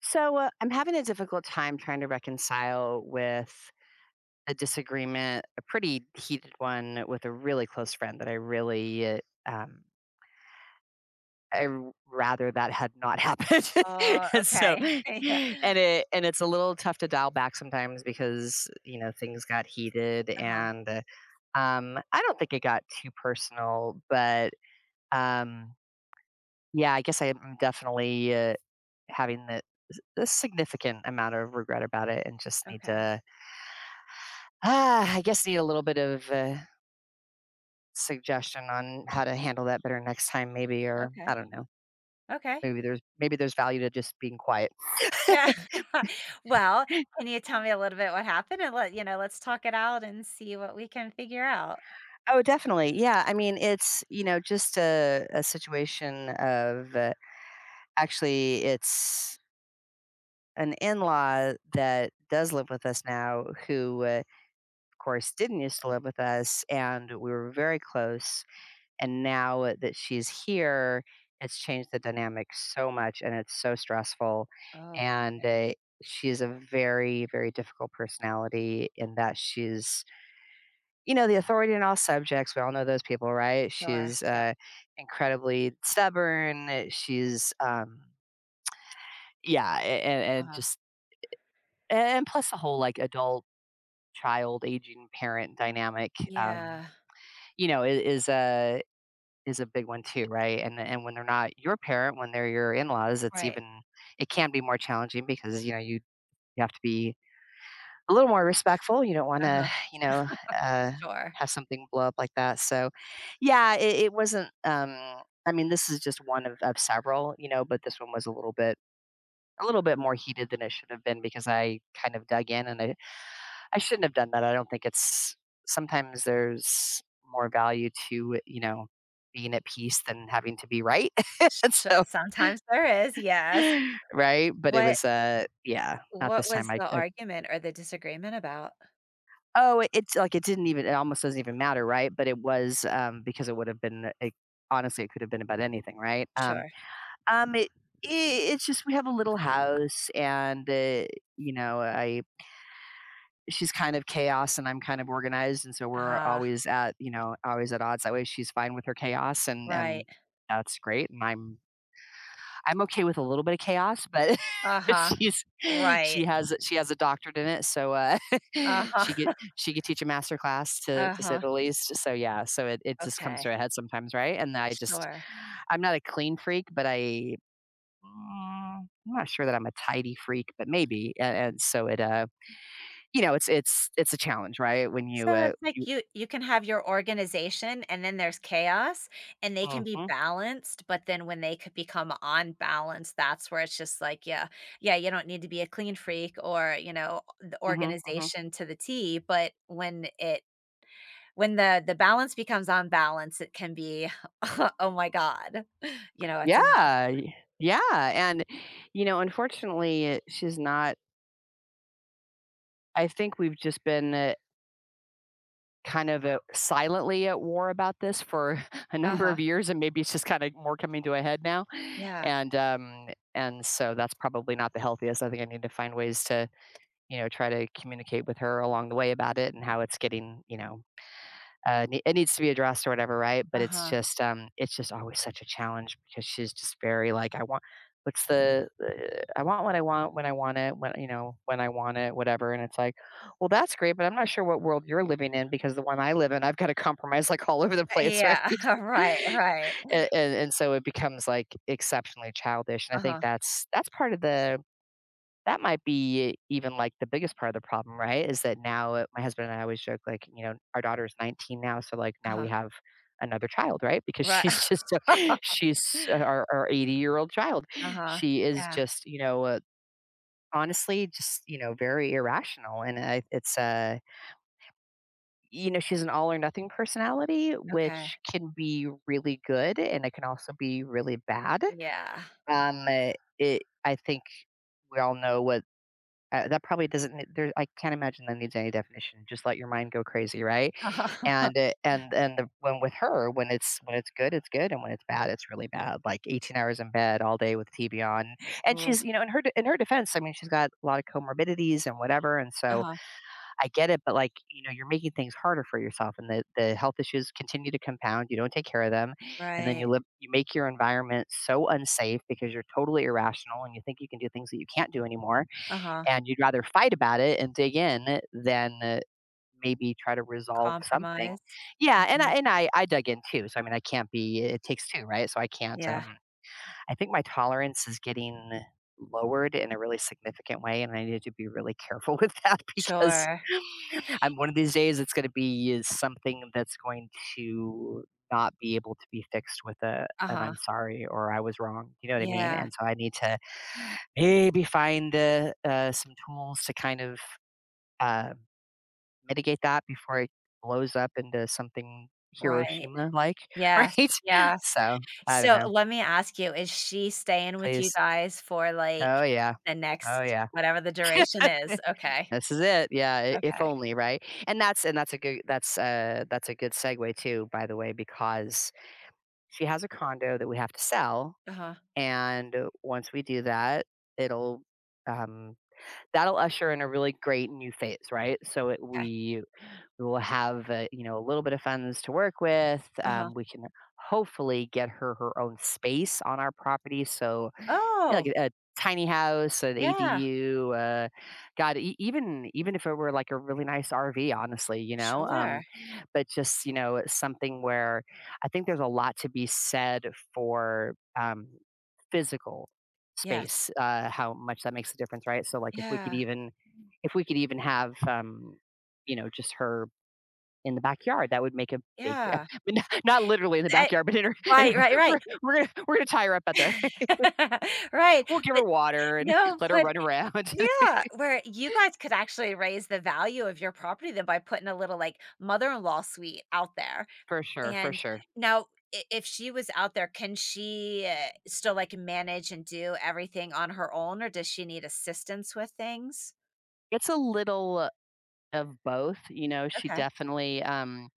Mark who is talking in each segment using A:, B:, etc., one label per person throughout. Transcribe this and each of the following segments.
A: I'm having a difficult time trying to reconcile with a disagreement, a pretty heated one with a really close friend that I really, um, rather that had not happened.
B: Oh,
A: and so,
B: okay.
A: and
B: Yeah.
A: it's a little tough to dial back sometimes because you know things got heated
B: Uh-huh.
A: and I don't think it got too personal, but um, yeah, I guess I'm definitely. Having the a significant amount of regret about it and just need
B: Okay.
A: to I guess need a little bit of a suggestion on how to handle that better next time maybe, or
B: Okay.
A: I don't know.
B: Okay.
A: Maybe there's value to just being quiet.
B: Yeah. Well, can you tell me a little bit what happened, and let's talk it out and see what we can figure out.
A: Oh, definitely. Yeah. I mean, it's, you know, just a situation of actually, it's an in law that does live with us now, who, of course, didn't used to live with us. And we were very close. And now that she's here, it's changed the dynamic so much and it's so stressful.
B: Oh,
A: And
B: okay.
A: she's a very, very difficult personality in that she's, you know, the authority in all subjects. We all know those people, right?
B: Sure.
A: She's
B: Yep.
A: incredibly stubborn. She's, and
B: Uh-huh.
A: just, and plus the whole like adult, child, aging parent dynamic, um,
B: Yeah.
A: you know, is a big one too, right? And when they're not your parent, when they're your in-laws, it's
B: Right.
A: even it can be more challenging because you know you have to be a little more respectful. You don't want to,
B: Uh-huh.
A: you know, uh,
B: Sure.
A: have something blow up like that. So, yeah, it wasn't. I mean, this is just one of several, you know, but this one was a little bit more heated than it should have been because I kind of dug in, and I shouldn't have done that. I don't think it's sometimes there's more value to, you know, being at peace than having to be right.
B: Sh
A: And so
B: sometimes there is, yes.
A: right? But it
B: What
A: was, yeah, not
B: what
A: this time.
B: was the
A: I
B: argument or the disagreement about?
A: Oh, it's like it didn't even it almost doesn't even matter, right? But it was, because it would have been it honestly, it could have been about anything, right?
B: Sure.
A: Um, it i it's just we have a little house, and, you know, I she's kind of chaos and I'm kind of organized, and so we're
B: Ah,
A: always at you know always at odds. That way, she's fine with her chaos, and
B: right.
A: and that's great. And I'm okay with a little bit of chaos, but
B: Uh-huh.
A: she's
B: Right.
A: she has a doctorate in it, so she could
B: Uh-huh.
A: she could teach a master class to say
B: Uh-huh.
A: the least. So yeah, so it just comes
B: Okay.
A: to a head sometimes, right? And
B: Sure.
A: I'm not a clean freak, but I. mm, I'm not sure that I'm a tidy freak, but maybe. And so it you know, it's a challenge, right? When you,
B: So it's like you can have your organization and then there's chaos, and they can be
A: mhm,
B: balanced, but then when they could become unbalanced, that's where it's just like, yeah, yeah, you don't need to be a clean freak or, you know, the
A: mhm, mhm.
B: organization to the T, but when the balance becomes unbalanced, it can be oh my god. You know, it's
A: Yeah,
B: enough.
A: y yeah, and, you know, unfortunately, she's not I think we've just been, kind of, silently at war about this for a number
B: Uh-huh.
A: of years, and maybe it's just kinda more coming to a head now,
B: Yeah.
A: and, um, and so that's probably not the healthiest. I think I need to find ways to, you know, try to communicate with her along the way about it and how it's getting, you know, it needs to be addressed or whatever, right? But
B: Uh-huh.
A: it's just always such a challenge because she's just very like I want what's the I want what I want when I want it when you know when I want it whatever, and it's like well that's great, but I'm not sure what world you're living in because the one I live in I've got to compromise like all over the place, right?
B: Yeah. Right, right.
A: And so it becomes like exceptionally childish, and I think
B: Uh-huh.
A: that's part of the that might be even, like, the biggest part of the problem, right? Is that now, my husband and I always joke, like, you know, our daughter is 19 now, so, like, now we
B: Uh-huh.
A: have another child, right? Because
B: Right.
A: she's just a she's our 80-year-old child.
B: Uh-huh.
A: She is
B: Yeah.
A: just, you know, honestly, just, you know, very irrational, and I it's, you know, she's an all or nothing personality,
B: Okay.
A: which can be really good, and it can also be really bad.
B: Yeah.
A: Um, uh, it I think we all know what that probably doesn't nee there I can't imagine that needs any definition, just let your mind go crazy, right?
B: Uh-huh.
A: And, and the when with her, when it's good, and when it's bad, it's really bad, like 18 hours in bed all day with TV on, and
B: Ooh,
A: she's you know, in her defense, I mean, she's got a lot of comorbidities and whatever, and so
B: uh-huh,
A: I get it, but, like, you know, you're making things harder for yourself, and the health issues continue to compound, you don't take care of them, and then
B: right,
A: you make your environment so unsafe because you're totally irrational and you think you can do things that you can't do anymore,
B: uh-huh,
A: and you'd rather fight about it and dig in than maybe try to resolve something.
B: compromise. Yeah,
A: Yeah, and I dug in too. So I mean, I can't be it takes two, right? So I can't
B: yeah,
A: I think my tolerance is getting lowered in a really significant way, and I need to be really careful with that because
B: sure,
A: I'm one of these days it's going to be is something that's going to not be able to be fixed with a an
B: uh-huh,
A: I'm sorry or I was wrong. You know what I mean?
B: yeah,
A: And so I need to maybe find some tools to kind of uh, mitigate that before it blows up into something
B: right,
A: Hiroshima like,
B: yes,
A: right?
B: yes.
A: So I don't
B: So,
A: know.
B: let me ask you, is she staying with you
A: Please.
B: guys for,
A: Oh
B: like,
A: yeah.
B: the
A: Oh
B: next
A: yeah.
B: whatever the duration is? Okay,
A: This is it. Yeah, I if
B: okay,
A: only, right? And that's a good segue too, by the way, because she has a condo that we have to sell,
B: uh-huh,
A: and once we do that, it'll, um that'll usher in a really great new phase, right? So it
B: okay,
A: we will have, you know, a little bit of funds to work with,
B: uh-huh.
A: we can hopefully get her her own space on our property, so yeah, like
B: Oh,
A: a tiny house, an
B: yeah,
A: ADU, God, e even if it were, like, a really nice RV, honestly, you know,
B: sure,
A: but just, you know, it's something where I think there's a lot to be said for, physical
B: yes,
A: space, how much that makes a difference, right? So, like,
B: yeah,
A: if we could even have, you know, just her in the backyard, that would make a big di I
B: yeah,
A: mean, not not literally in the
B: that
A: backyard, but in
B: right,
A: her
B: right, right.
A: we're gonna tie her up out there.
B: Right,
A: We'll give her
B: but
A: water and
B: no,
A: let her
B: but
A: run around.
B: yeah, where you guys could actually raise the value of your property then by putting a little, like, mother-in-law suite out there,
A: For sure, for
B: and
A: sure.
B: now I if she was out there, can she, still, like, manage and do everything on her own, or does she need assistance with things?
A: It's a little of both, you know, she
B: Okay.
A: definitely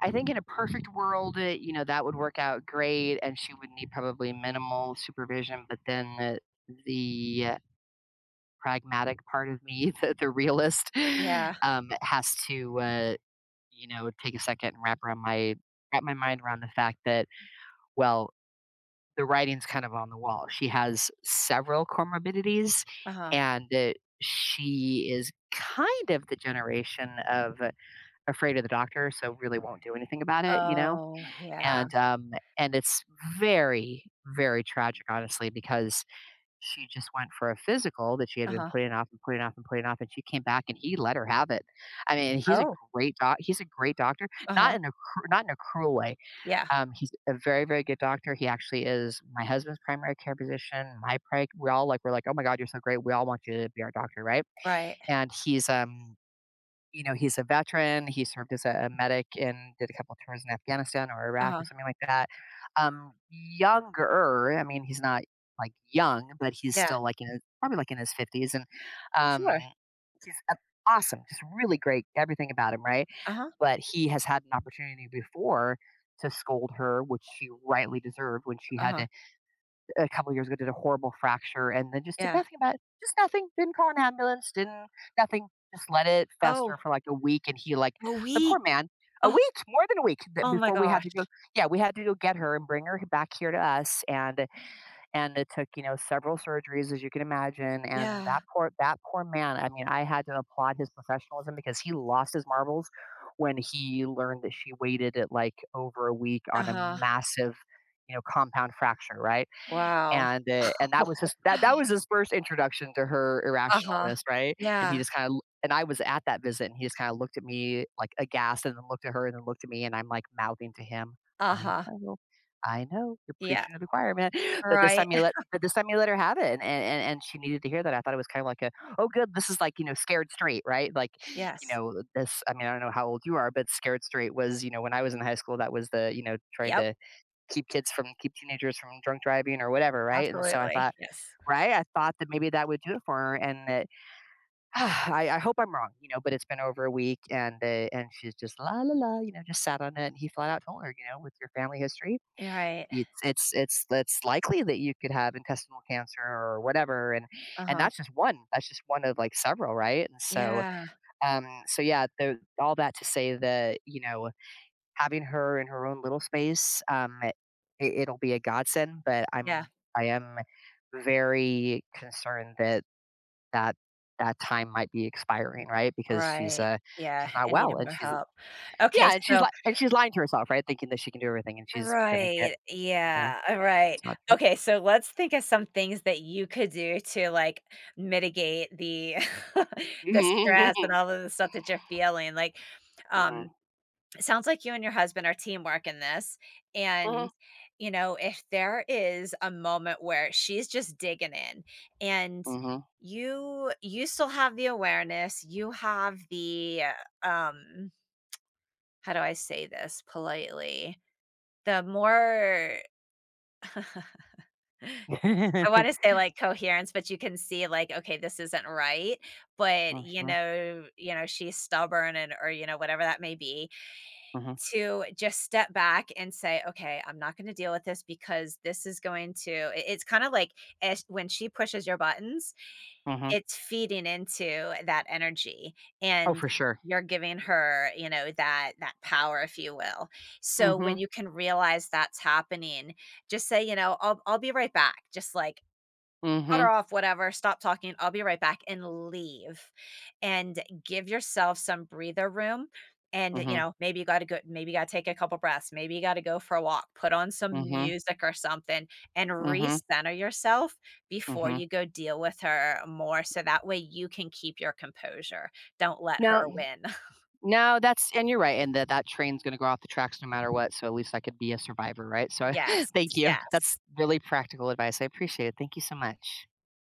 A: I think in a perfect world, you know, that would work out great and she would need probably minimal supervision, but then the pragmatic part of me, the realist,
B: Yeah.
A: has to you know, take a second and wrap my mind around the fact that well, the writing's kind of on the wall. She has several comorbidities,
B: Uh-huh.
A: and she is kind of the generation of afraid of the doctor, so really won't do anything about it, you know.
B: Oh, yeah.
A: And um, and it's very very tragic, honestly, because she just went for a physical that she had been
B: Uh-huh.
A: putting off and putting off and putting off, and she came back and he let her have it. I mean, he's a
B: Oh,
A: great doc. He's a great doctor,
B: uh-huh.
A: not in a cruel way.
B: Yeah.
A: He's a very, very good doctor. He actually is my husband's primary care physician, my pri we all, like, we're like, "Oh my god, you're so great. We all want you to be our doctor," right?
B: Right.
A: And he's, you know, he's a veteran. He served as a medic and did a couple tours in Afghanistan or Iraq or
B: Uh-huh.
A: something like that. Younger, I mean, he's not, like, young, but he's
B: Yeah.
A: still, like, in his probably, like, in his 50s, and, um,
B: Sure.
A: he's a awesome, just really great, everything about him, right?
B: Uh-huh.
A: But he has had an opportunity before to scold her, which she rightly deserved when she had
B: Uh-huh.
A: to a couple of years ago did a horrible fracture and then just did
B: Yeah.
A: nothing about it. Just nothing. Didn't call an ambulance. Didn't nothing. Just let it
B: Oh,
A: fester for like a week. And he like
B: a
A: the poor
B: week.
A: man, a
B: Oh,
A: week, more than a week
B: oh my
A: before we had
B: gosh.
A: to go. Yeah, we had to go get her and bring her back here to us. And it took, you know, several surgeries, as you can imagine, and
B: Yeah.
A: that poor man, I mean, I had to applaud his professionalism because he lost his marbles when he learned that she waited it, like, over a week on a
B: Uh-huh.
A: massive, you know, compound fracture, right?
B: Wow.
A: And, that was his that was his first introduction to her
B: Uh-huh.
A: irrationalness, right? And he
B: Yeah.
A: just kinda and I was at that visit, and he just kinda looked at me, like, aghast, and then looked at her, and then looked at me, and I'm, like, mouthing to him, "I
B: Uh-huh.
A: know, I know, you're
B: Yeah.
A: preaching to the choir, man."
B: Right.
A: But this time you let her have it, and she needed to hear that. I thought it was kinda like a, "Oh, good, this is like, you know, Scared Straight," right? Like, you
B: Yes.
A: know, this I mean, I don't know how old you are, but Scared Straight was, you know, when I was in high school, that was the, you know, trying
B: Yep.
A: to keep teenagers from drunk driving or whatever, right? And so I
B: Absolutely.
A: thought,
B: Yes.
A: right? I thought that maybe that would do it for her, and that ah, I hope I'm wrong, you know. But it's been over a week, and she's just la la la, you know, just sat on it. And he flat out told her, you know, with your family history,
B: Right.
A: it's likely that you could have intestinal cancer or whatever, and
B: Uh-huh.
A: that's just one. That's just one of like several, right? And so
B: Yeah.
A: so yeah, all that to say that you know having her in her own little space, it'll be a godsend, but
B: Yeah.
A: I am very concerned that that that time might be expiring, right? Because
B: Right. Yeah.
A: she's not
B: I
A: well
B: needed
A: and
B: more
A: she's
B: help. Okay.
A: yeah, and she's
B: So,
A: li and she's lying to herself, right? Thinking that she can do everything and she's gonna get
B: right.
A: you know,
B: Yeah. All right.
A: that's not true.
B: Okay. So let's think of some things that you could do to like mitigate the the stress and all of the stuff that you're feeling. Like,
A: Mhm,
B: um,
A: mhm,
B: it sounds like you and your husband are teamwork in this.
A: mhm,
B: And, you know, if there is a moment where she's just digging in, and
A: mhm.
B: you still have the awareness, you have the uh, um how do I say this politely? The more I
A: Mhm,
B: want to say like coherence, but you can see like, okay, this isn't right. But
A: mhm,
B: she's stubborn, and or whatever that may be. To just step back and say, "Okay, I'm not gonna deal with this because this is going to." It's kinda like as when she pushes your buttons,
A: mhm.
B: it's feeding into that energy,
A: Oh,
B: and
A: for sure.
B: you're giving her, you know, that that power, if you will. So, when
A: Mhm,
B: you can realize that's happening, just say, "I'll be right back." Just like, cut her
A: mhm,
B: off, whatever, stop talking, I'll be right back, and leave. And give yourself some breather room. And,
A: mhm,
B: maybe you gotta take a couple breaths, maybe you gotta go for a walk, put on some
A: mhm,
B: music or something, and
A: mhm,
B: recenter yourself before
A: mhm.
B: you go deal with her more so that way you can keep your composure. Don't let
A: No,
B: her win.
A: no, that's and you're right, and that that train's gonna go off the tracks no matter what, so at least I could be a survivor, right? So,
B: Yes,
A: thank you. That's
B: yes.
A: really practical advice. I appreciate it. Thank you so much.